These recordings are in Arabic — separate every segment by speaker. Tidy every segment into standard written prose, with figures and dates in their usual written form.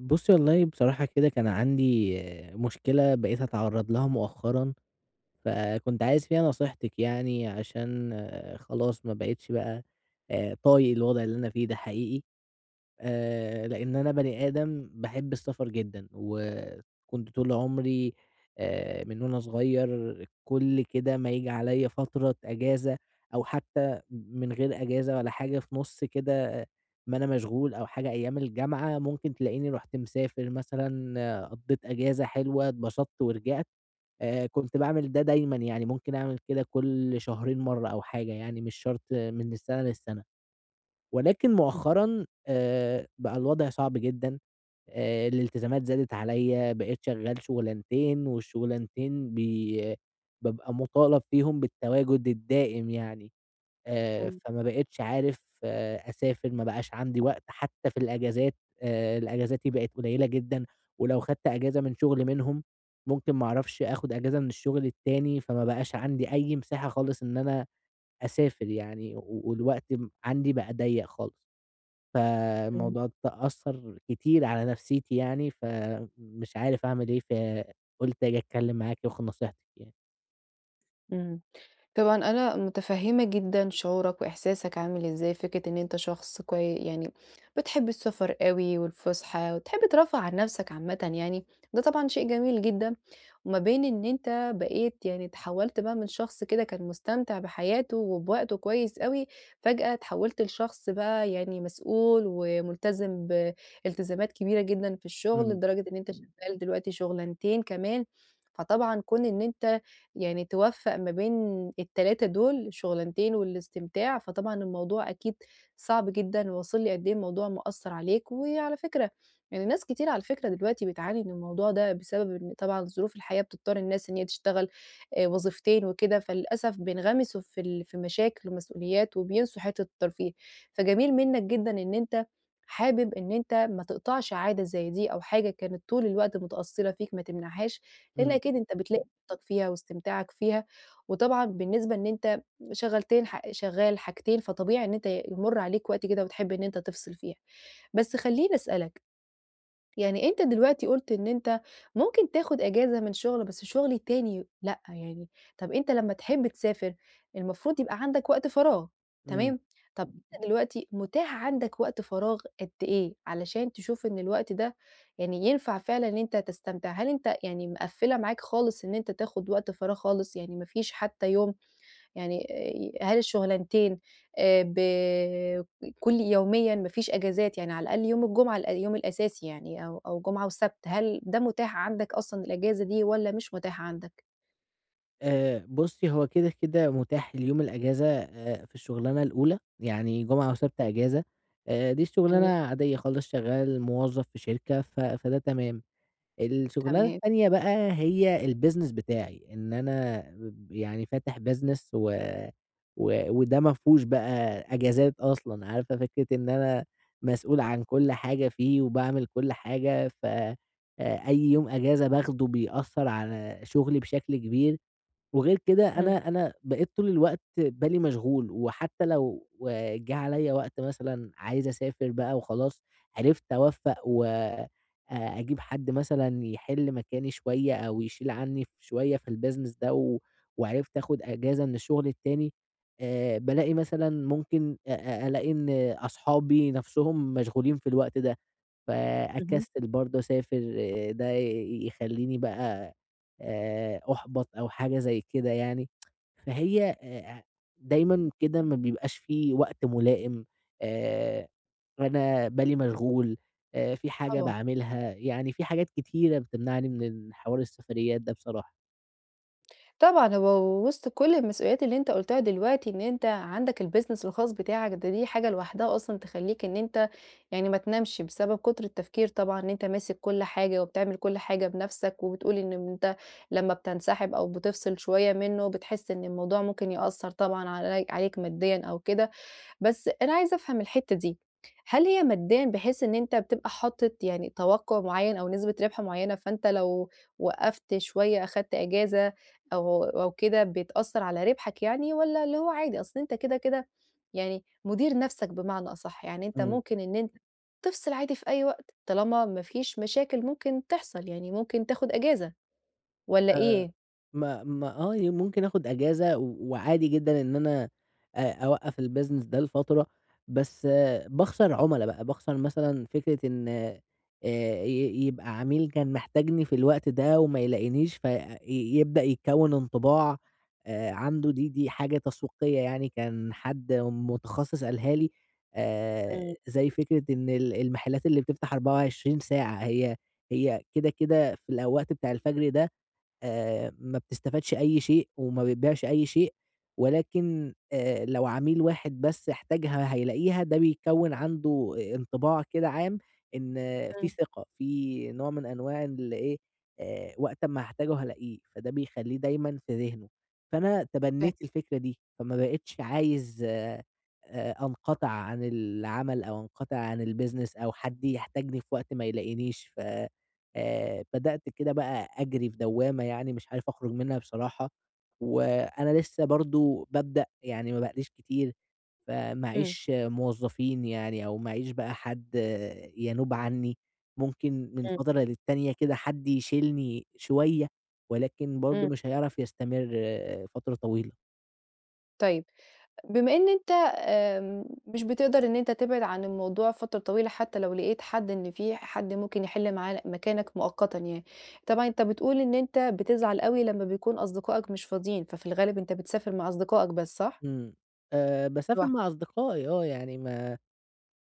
Speaker 1: بُصّي والله بصراحة كده كان عندي مشكلة بقيت أتعرّض لها مؤخرًا، فكنت عايز فيها نصيحتِك يعني عشان خلاص ما بقيتش بقى طايق الوضع اللي أنا فيه ده حقيقي. لإن أنا بني آدم باحب السفر جدًا، وكنت طول عمري من وأنا صغير كل كده ما ييجي عليَّ فترة أجازة أو حتى من غير أجازة ولا حاجة في نُص كده ما أنا مشغول أو حاجة أيام الجامعة، ممكن تلاقيني رُحت مسافر مثلًا، قضيت أجازة حلوة، اتبسطت ورجعت. كنت باعمل ده دايمًا يعني، ممكن أعمل كده كل شهرين مرة أو حاجة يعني، مش شرط من السنة للسنة. ولكن مؤخرًا بقى الوضع صعب جدًا، الالتزامات زادت عليّا، بقيت شغّال شُغلانتين والشُغلانتين بابقى مُطالب فيهم بالتواجد الدائم يعني،
Speaker 2: إمم،
Speaker 1: فما بقيتش عارف أسافر، ما بقاش عندي وقت حتى في الأجازات، الأجازاتي بقت قليّلة جدًا، ولو خدت أجازة من شُغل منهم، ممكن ما أعرفش آخُد أجازة من الشُغل التاني، فما بقاش عندي أي مساحة خالص إن أنا أسافر يعني، و والوقت م عندي بقى ضيّق خالص.
Speaker 2: إمم،
Speaker 1: فالموضوع ده أثّر كتير على نفسيتي يعني، فمش عارف أعمل إيه، فقُلت آجي أتكلّم معاك وآخُد نصيحتك يعني.
Speaker 2: إمم. طبعًا أنا متفهّمة جدًا شعورك وإحساسك عامل إزاي، فكرة إن أنت شخص كوي يعني بتحب السفر أوي والفُسحة وتحب ترفّه عن نَفْسك عامةً يعني، ده طبعًا شيء جميل جدًا، وما بين إن أنت بقيت يعني اتحوّلت بقى من شخص كده كان مستمتع بحياته وبوقته كويس أوي، فجأة اتحوّلت لشخص بقى يعني مسؤول وملتزم بالتزامات كبيرة جدًا في الشُغل
Speaker 1: إمم.
Speaker 2: لدرجة إن أنت شغّال دلوقتي شُغلانتين كمان، فطبعًا كون إن أنت يعني توفّق ما بين ال3 دول، الشغلانتين والاستمتاع، فطبعًا الموضوع أكيد صعب جدًا، واصل لي قد إيه الموضوع مأثّر عليك، وعلى فكرة يعني ناس كتير على فكرة دلوقتي بتعاني من الموضوع ده، بسبب إن طبعًا ظروف الحياة بتضطر الناس إن هي تشتغل وظيفتين وكده، فللأسف بينغمسوا في مشاكل ومسؤوليات، وبينسوا حتّة الترفيه، فجميل منّك جدًا إن أنت حابب إن أنت ما تقطعش عادة زي دي، أو حاجة كانت طول الوقت متأصّلة فيك ما تمنعهاش، لإن
Speaker 1: إمم،
Speaker 2: أكيد أنت بتلاقي طاقتك فيها واستمتاعك فيها، وطبعًا بالنسبة إن أنت شغلتين شغال حاجتين، فطبيعي إن أنت يمُر عليك وقت كده وتحب إن أنت تفصل فيها. بس خلّيني أسألك يعني أنت دلوقتي قُلت إن أنت ممكن تاخد إجازة من شغل، بس الشغل التاني لأ، يعني طَب أنت لمّا تحب تسافر، المفروض يبقى عندك وقت فراغ
Speaker 1: إمم.
Speaker 2: تمام، طَب أنت دلوقتي متاح عندك وقت فراغ قد إيه، علشان تشوف إن الوقت ده يعني ينفع فعلًا إن أنت تستمتع؟ هل أنت يعني مقفّلة معاك خالص إن أنت تاخد وقت فراغ خالص، يعني ما فيش حتى يوم يعني هل الشغلانتين ب كل يوميًا ما فيش أجازات، يعني على الأقل يوم الجمعة اليوم الأساسي يعني أو أو جمعة وسبت، هل ده متاح عندك أصلًا الأجازة دي والّا مش متاحة عندك؟
Speaker 1: بُصّي، هو كده، متاح اليوم الأجازة في الشُغلانة الأولى، يعني جمعة وسَبت أجازة. دي الشُغلانة
Speaker 2: جميل،
Speaker 1: عادية خالص، شغّال موظّف في شركة، ف فده تمام. الشغلانة
Speaker 2: تمام،
Speaker 1: التانية بقى هي الbusiness بتاعي، إن أنا ب يعني فاتح business و وده ما فيهوش بقى أجازات أصلًا، عارفة فكرة إن أنا مسؤول عن كل حاجة فيه وباعمل كل حاجة، ف أي يوم أجازة باخده بيأثّر على شغلي بشكل كبير. وغير كده
Speaker 2: إمم،
Speaker 1: أنا بقيت طول الوقت بالي مشغول، وحتى لو جه عليّا وقت مثلًا عايز أسافر بقى وخلاص عرفت أوفّق و أجيب حد مثلًا يحِل مكاني شوية أو يشيل عني شوية في الbusiness ده و وعرفت آخُد أجازة من الشغل التاني، بالاقي مثلًا ممكن أ أ ألاقي إن أصحابي نَفْسهم مشغولين في الوقت ده.
Speaker 2: اهم،
Speaker 1: فأكسّل برضه أسافر آه، ده يخلّيني بقى أُحبَط أو حاجة زي كده يعني، فهي دايمًا كده ما بيبقاش في وقت ملائم، آآ أنا بالي مشغول، في حاجة
Speaker 2: طبعًا.
Speaker 1: باعملها، يعني في حاجات كتيرة بتمنعني من ال حوار السفريات ده بصراحة.
Speaker 2: طبعًا هو وسط كل المسؤوليات اللي أنت قُلتها دلوقتي، إن أنت عندك الbusiness الخاص بتاعك ده دي حاجة لوحدها أصلًا تخلّيك إن أنت يعني ما تنامش، بسبب كتر التفكير طبعًا إن أنت ماسك كل حاجة وبتعمل كل حاجة بنَفْسك، وبتقول إن أنت لمّا بتنسحب أو بتفصل شوية منه بتحس إن الموضوع ممكن يأثّر طبعًا عليك ماديًا أو كده. بس أنا عايزة أفهم الحتّة دي، هل هي ماديًا بحيث إن أنت بتبقى حاطط يعني توقُّع معيّن أو نسبة ربح معيّنة، فأنت لو وقّفت شوية أخدت إجازة أو أو كده بيتأثّر على ربحك يعني والّا اللي هو عادي، أصل أنت كده، كده يعني مدير نَفْسك بمعنى أصح، يعني أنت
Speaker 1: إمم.
Speaker 2: ممكن إن أنت تفصل عادي في أي وقت طالما ما فيش مشاكل ممكن تحصل، يعني ممكن تاخُد إجازة والّا
Speaker 1: آآ
Speaker 2: إيه؟
Speaker 1: ما ما آه، ممكن آخُد أجازة و وعادي جدًا إن أنا أوقّف الbusiness ده لفترة، بس باخسر عُملا بقى، باخسر مثلًا فكرة إن ي يبقى عميل كان محتاجني في الوقت ده وما يلاقينيش، في يبدأ يتكوِّن انطباع عنده دي حاجة تسويقية يعني كان حد متخصص قالها لي،
Speaker 2: إمم،
Speaker 1: زي فكرة إن ال المحلات اللي بتفتح 24 ساعة، هي كده، في الأ وقت بتاع الفجر ده ما بتستفادش أي شيء وما بتبيعش أي شيء، ولكن لو عميل واحد بس احتاجها هيلاقيها، ده بيكوّن عنده انطباع كده عام إن في
Speaker 2: إمم،
Speaker 1: ثقة، في نوع من أنواع ال إيه، وقت أمّا هاحتاجه هالاقيه، فده بيخلّيه دايمًا في ذهنه. فأنا
Speaker 2: فاه
Speaker 1: تبنّيت الفكرة دي، فما بقيتش عايز أنقطع عن العمل أو أنقطع عن الbusiness أو حد يحتاجني في وقت ما يلاقينيش ف بدأت كده بقى أجري في دوّامة يعني مش عارف أخرج منها بصراحة، وأنا لسه برضه بابدأ يعني ما بقاليش كتير،
Speaker 2: إمم،
Speaker 1: فماعيش موظفين يعني أو معيش بقى حد آه، ينوب عني، ممكن من
Speaker 2: إمم،
Speaker 1: فترة للتانية كده حد يشيلني شوية، ولكن برضه
Speaker 2: إمم،
Speaker 1: مش هيعرف يستمر آه، فترة طويلة.
Speaker 2: طيب. بما إن أنت مش بتقدر إن أنت تبعد عن الموضوع فترة طويلة حتى لو لقيت حد إن في حد ممكن يحل معاه مكانك مؤقتًا يعني، طبعًا أنت بتقول إن أنت بتزعل أوي لمّا بيكون أصدقائك مش فاضيين، ففي الغالب أنت بتسافر مع أصدقائك بس صح؟
Speaker 1: إمم. باسافر
Speaker 2: لوحدك
Speaker 1: مع أصدقائي آه، يعني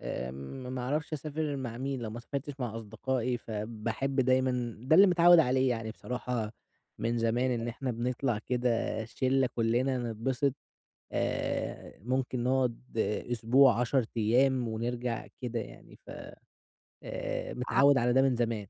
Speaker 1: آمم، ما أعرفش أسافر مع مين، لو ما سافرتش مع أصدقائي، فباحب دايمًا ده اللي متعوّد عليه يعني بصراحة من زمان،
Speaker 2: أنت
Speaker 1: إن إحنا بنطلع كده شِلّة كُلّنا نتبسط، ممكن نقعد آه، أسبوع، 10 أيام ونرجع كده يعني، ف متعوّد على ده من زمان.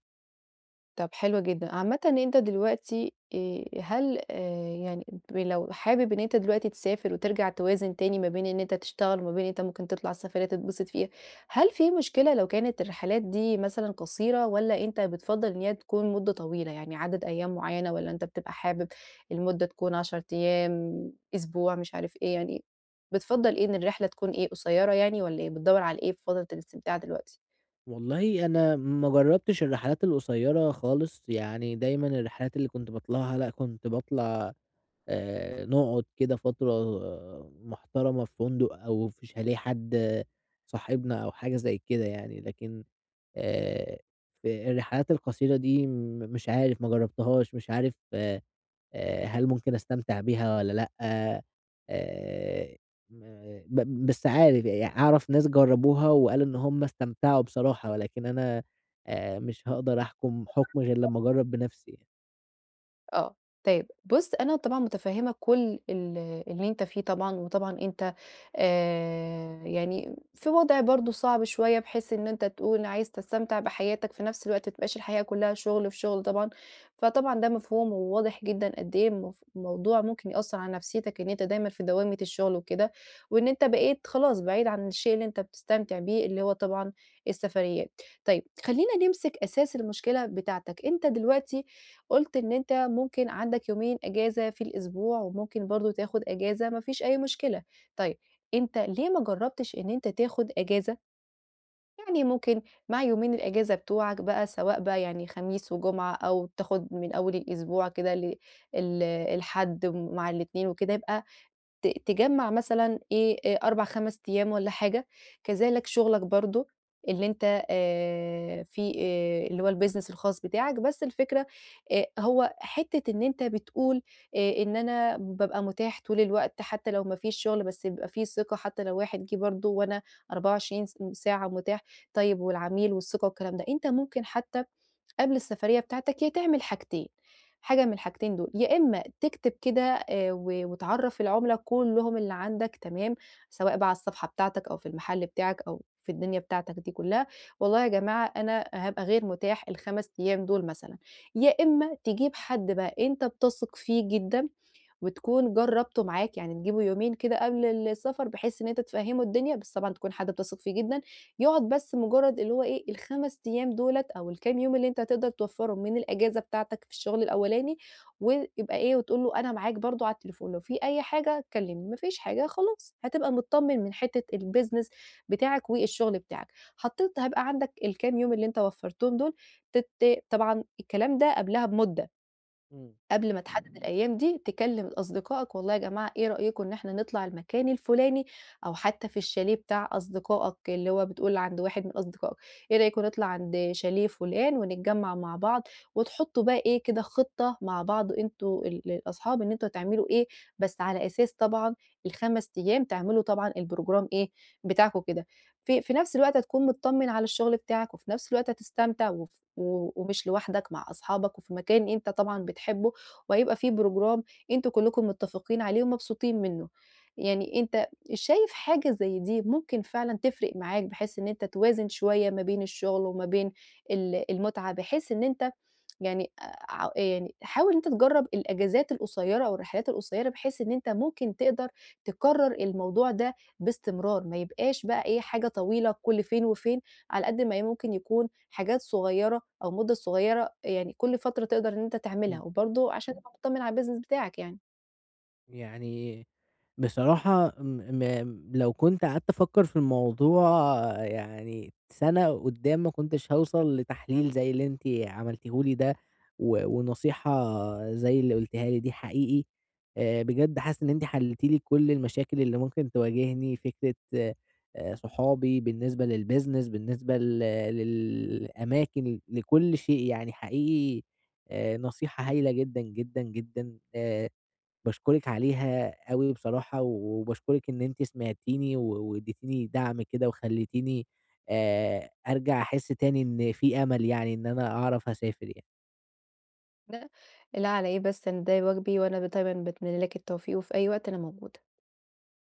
Speaker 2: طب حلو جدًا. عامةً ان أنت دلوقتي هل يعني لو حابب إن أنت دلوقتي تسافر وترجع توازن تاني ما بين إن أنت تشتغل وما بين إن أنت ممكن تطلع السفرية تتبسط فيها، هل في مشكلة لو كانت الرحلات دي مثلًا قصيرة والّا أنت بتفضّل إن هي تكون مدة طويلة، يعني عدد أيام معيّنة والّا أنت بتبقى حابب المدة تكون 10 أيام، أسبوع، مش عارف إيه، يعني بتفضّل إيه إن الرحلة تكون إيه، قصيرة يعني والّا إيه، بتدوّر على إيه في فترة الاستمتاع دلوقتي؟
Speaker 1: والله أنا ما جرّبتش الرحلات القصيّرة خالص، يعني دايمًا الرحلات اللي كنت باطلعها لأ، كنت باطلع نقعد كده فترة آه، محترمة في فندق أو في شاليه حد آه، صاحبنا أو حاجة زي كده يعني، لكن آآ في الرحلات القصيرة دي مش عارف ما جرّبتهاش، مش عارف هل ممكن أستمتع بيها والّا لأ، م ب بس عارف أعرف ناس جرّبوها وقالوا إن هم استمتعوا بصراحة، ولكن أنا مش هاقدر أحكم حُكم غير لمّا أجرّب بنفسي يعني.
Speaker 2: آه، طيب بُص أنا طبعًا متفهّمة كل ال اللي أنت فيه طبعًا، وطبعًا أنت يعني في وضع برضه صعب شوية، بحيث إن أنت تقول عايز تستمتع بحياتك، في نفس الوقت ما تبقاش الحياة كلّها شغل في شغل طبعًا، فطبعًا ده مفهوم وواضح جدًا قد إيه الموضوع ممكن يأثّر على نفسيتك، إن أنت دايمًا في دوامة الشغل وكده، وإن أنت بقيت خلاص بعيد عن الشيء اللي أنت بتستمتع بيه، اللي هو طبعًا السفريات. طيب خلّينا نمسك أساس المشكلة بتاعتك، أنت دلوقتي قُلت إن أنت ممكن عندك يومين إجازة في الأسبوع، وممكن برضه تاخد إجازة ما فيش أي مشكلة، طيب أنت ليه ما جرّبتش إن أنت تاخد إجازة؟ يعني ممكن مع يومين الإجازة بتوعك بقى سواء بقى يعني خميس وجمعة أو تاخد من أول الأسبوع كده ل ال الحد مع الاتنين وكده يبقى تجمّع مثلًا إيه، 4، 5 أيام والّا حاجة، كذلك شغلك برضه اللي أنت في اللي هو الbusiness الخاص بتاعك، بس الفكرة هو حتّة إن أنت بتقول إن أنا بابقى متاح طول الوقت حتى لو ما فيش شغل، بس بيبقى في ثقة حتى لو واحد جِه برضه وأنا 24 ساعة متاح، طيب والعميل والثقة والكلام ده، أنت ممكن حتى قبل السفرية بتاعتك، يا تعمل حاجتين، حاجة من الحاجتين دول، يا إما تكتب كده و وتعرّف العُملا كلّهم اللي عندك تمام، سواء بقى على الصفحة بتاعتك أو في المحل بتاعك أو في الدنيا بتاعتك دي كلّها، والله يا جماعة أنا هابقى غير متاح ال5 أيام دول مثلًا، يا إما تجيب حد بقى أنت بتثق فيه جدًا وتكون جرّبته معاك، يعني تجيبه يومين كده قبل السفر بحيث إن أنت تفهّمه الدنيا، بس طبعًا تكون حد بتثق فيه جدًا، يقعد بس مجرّد اللي هو إيه، ال5 أيام دُولة أو الكام يوم اللي أنت هتقدر توفّرهم من الأجازة بتاعتك في الشغل الأولاني، ويبقى إيه، وتقول له أنا معاك برضه على التليفون، لو في أي حاجة كلّمني، ما فيش حاجة خلاص، هتبقى متطمّن من حتّة الbusiness بتاعك والشغل بتاعك. حطّيت هيبقى عندك الكام يوم اللي أنت وفّرتهم دُول، تت طبعًا الكلام ده قبلها بمدة.
Speaker 1: إمم،
Speaker 2: قبل ما تحدد الأيام دي تكلم أصدقائك والله يا جماعة إيه رأيكم إن إحنا نطلع المكان الفلاني أو حتى في الشاليه بتاع أصدقائك اللي هو بتقول عند واحد من أصدقائك، إيه رأيكم نطلع عند شاليه فلان ونتجمع مع بعض، وتحطوا بقى إيه كده خطة مع بعض أنتم ال الأصحاب إن أنتم هتعملوا إيه، بس على أساس طبعًا ال5 أيام تعملوا طبعًا البروجرام إيه بتاعكم كده، في في نفس الوقت هتكون متطمن على الشغل بتاعك، وفي نفس الوقت هتستمتع وف و ومش لوحدك مع أصحابك، وفي مكان أنت طبعًا بتحبه وهيبقى في program أنتم كلّكم متّفقين عليه ومبسوطين منّه. يعني أنت شايف حاجة زي دي ممكن فعلًا تفرق معاك بحيث إن أنت توازن شوية ما بين الشغل وما بين ال المتعة، بحيث إن أنت يعني يعني حاول إن أنت تجرّب الأجازات القصيّرة أو الرحلات القصيّرة، بحيث إن أنت ممكن تقدر تكرّر الموضوع ده باستمرار، ما يبقاش بقى إيه حاجة طويلة كل فين وفين، على قد ما هي ممكن يكون حاجات صغيّرة أو مدة صغيّرة يعني كل فترة تقدر إن أنت تعملها،
Speaker 1: إمم،
Speaker 2: وبرضه عشان تبقى متطمن على الbusiness بتاعك يعني،
Speaker 1: يعني بصراحة م م لو كنت قعدت أفكّر في الموضوع يعني سَنة قدّام ما كنتش هاوصل لتحليل زي اللي أنتِ عملتيه لي ده، و ونصيحة زي اللي قُلتيها لي دي حقيقي، بجد حاسس إن أنتِ حلّيتِ لي كل المشاكل اللي ممكن تواجهني، فكرة صحابي، بالنسبة للbusiness بالنسبة ل للأماكن، لكل شيء يعني حقيقي نصيحة هايلة جدًا، جدًا، جدًا. باشكرِك عليها أوي بصراحة، وباشكرِك إن أنتِ سمعتيني و وادّيتيني دعم كده، وخلّيتيني أرجع أحس تاني إن في أمل يعني إن أنا أعرف أسافر يعني.
Speaker 2: ده لا على إيه بس أنا ده واجبي، وأنا دايمًا باتمنى لك التوفيق، وفي أي وقت أنا موجودة.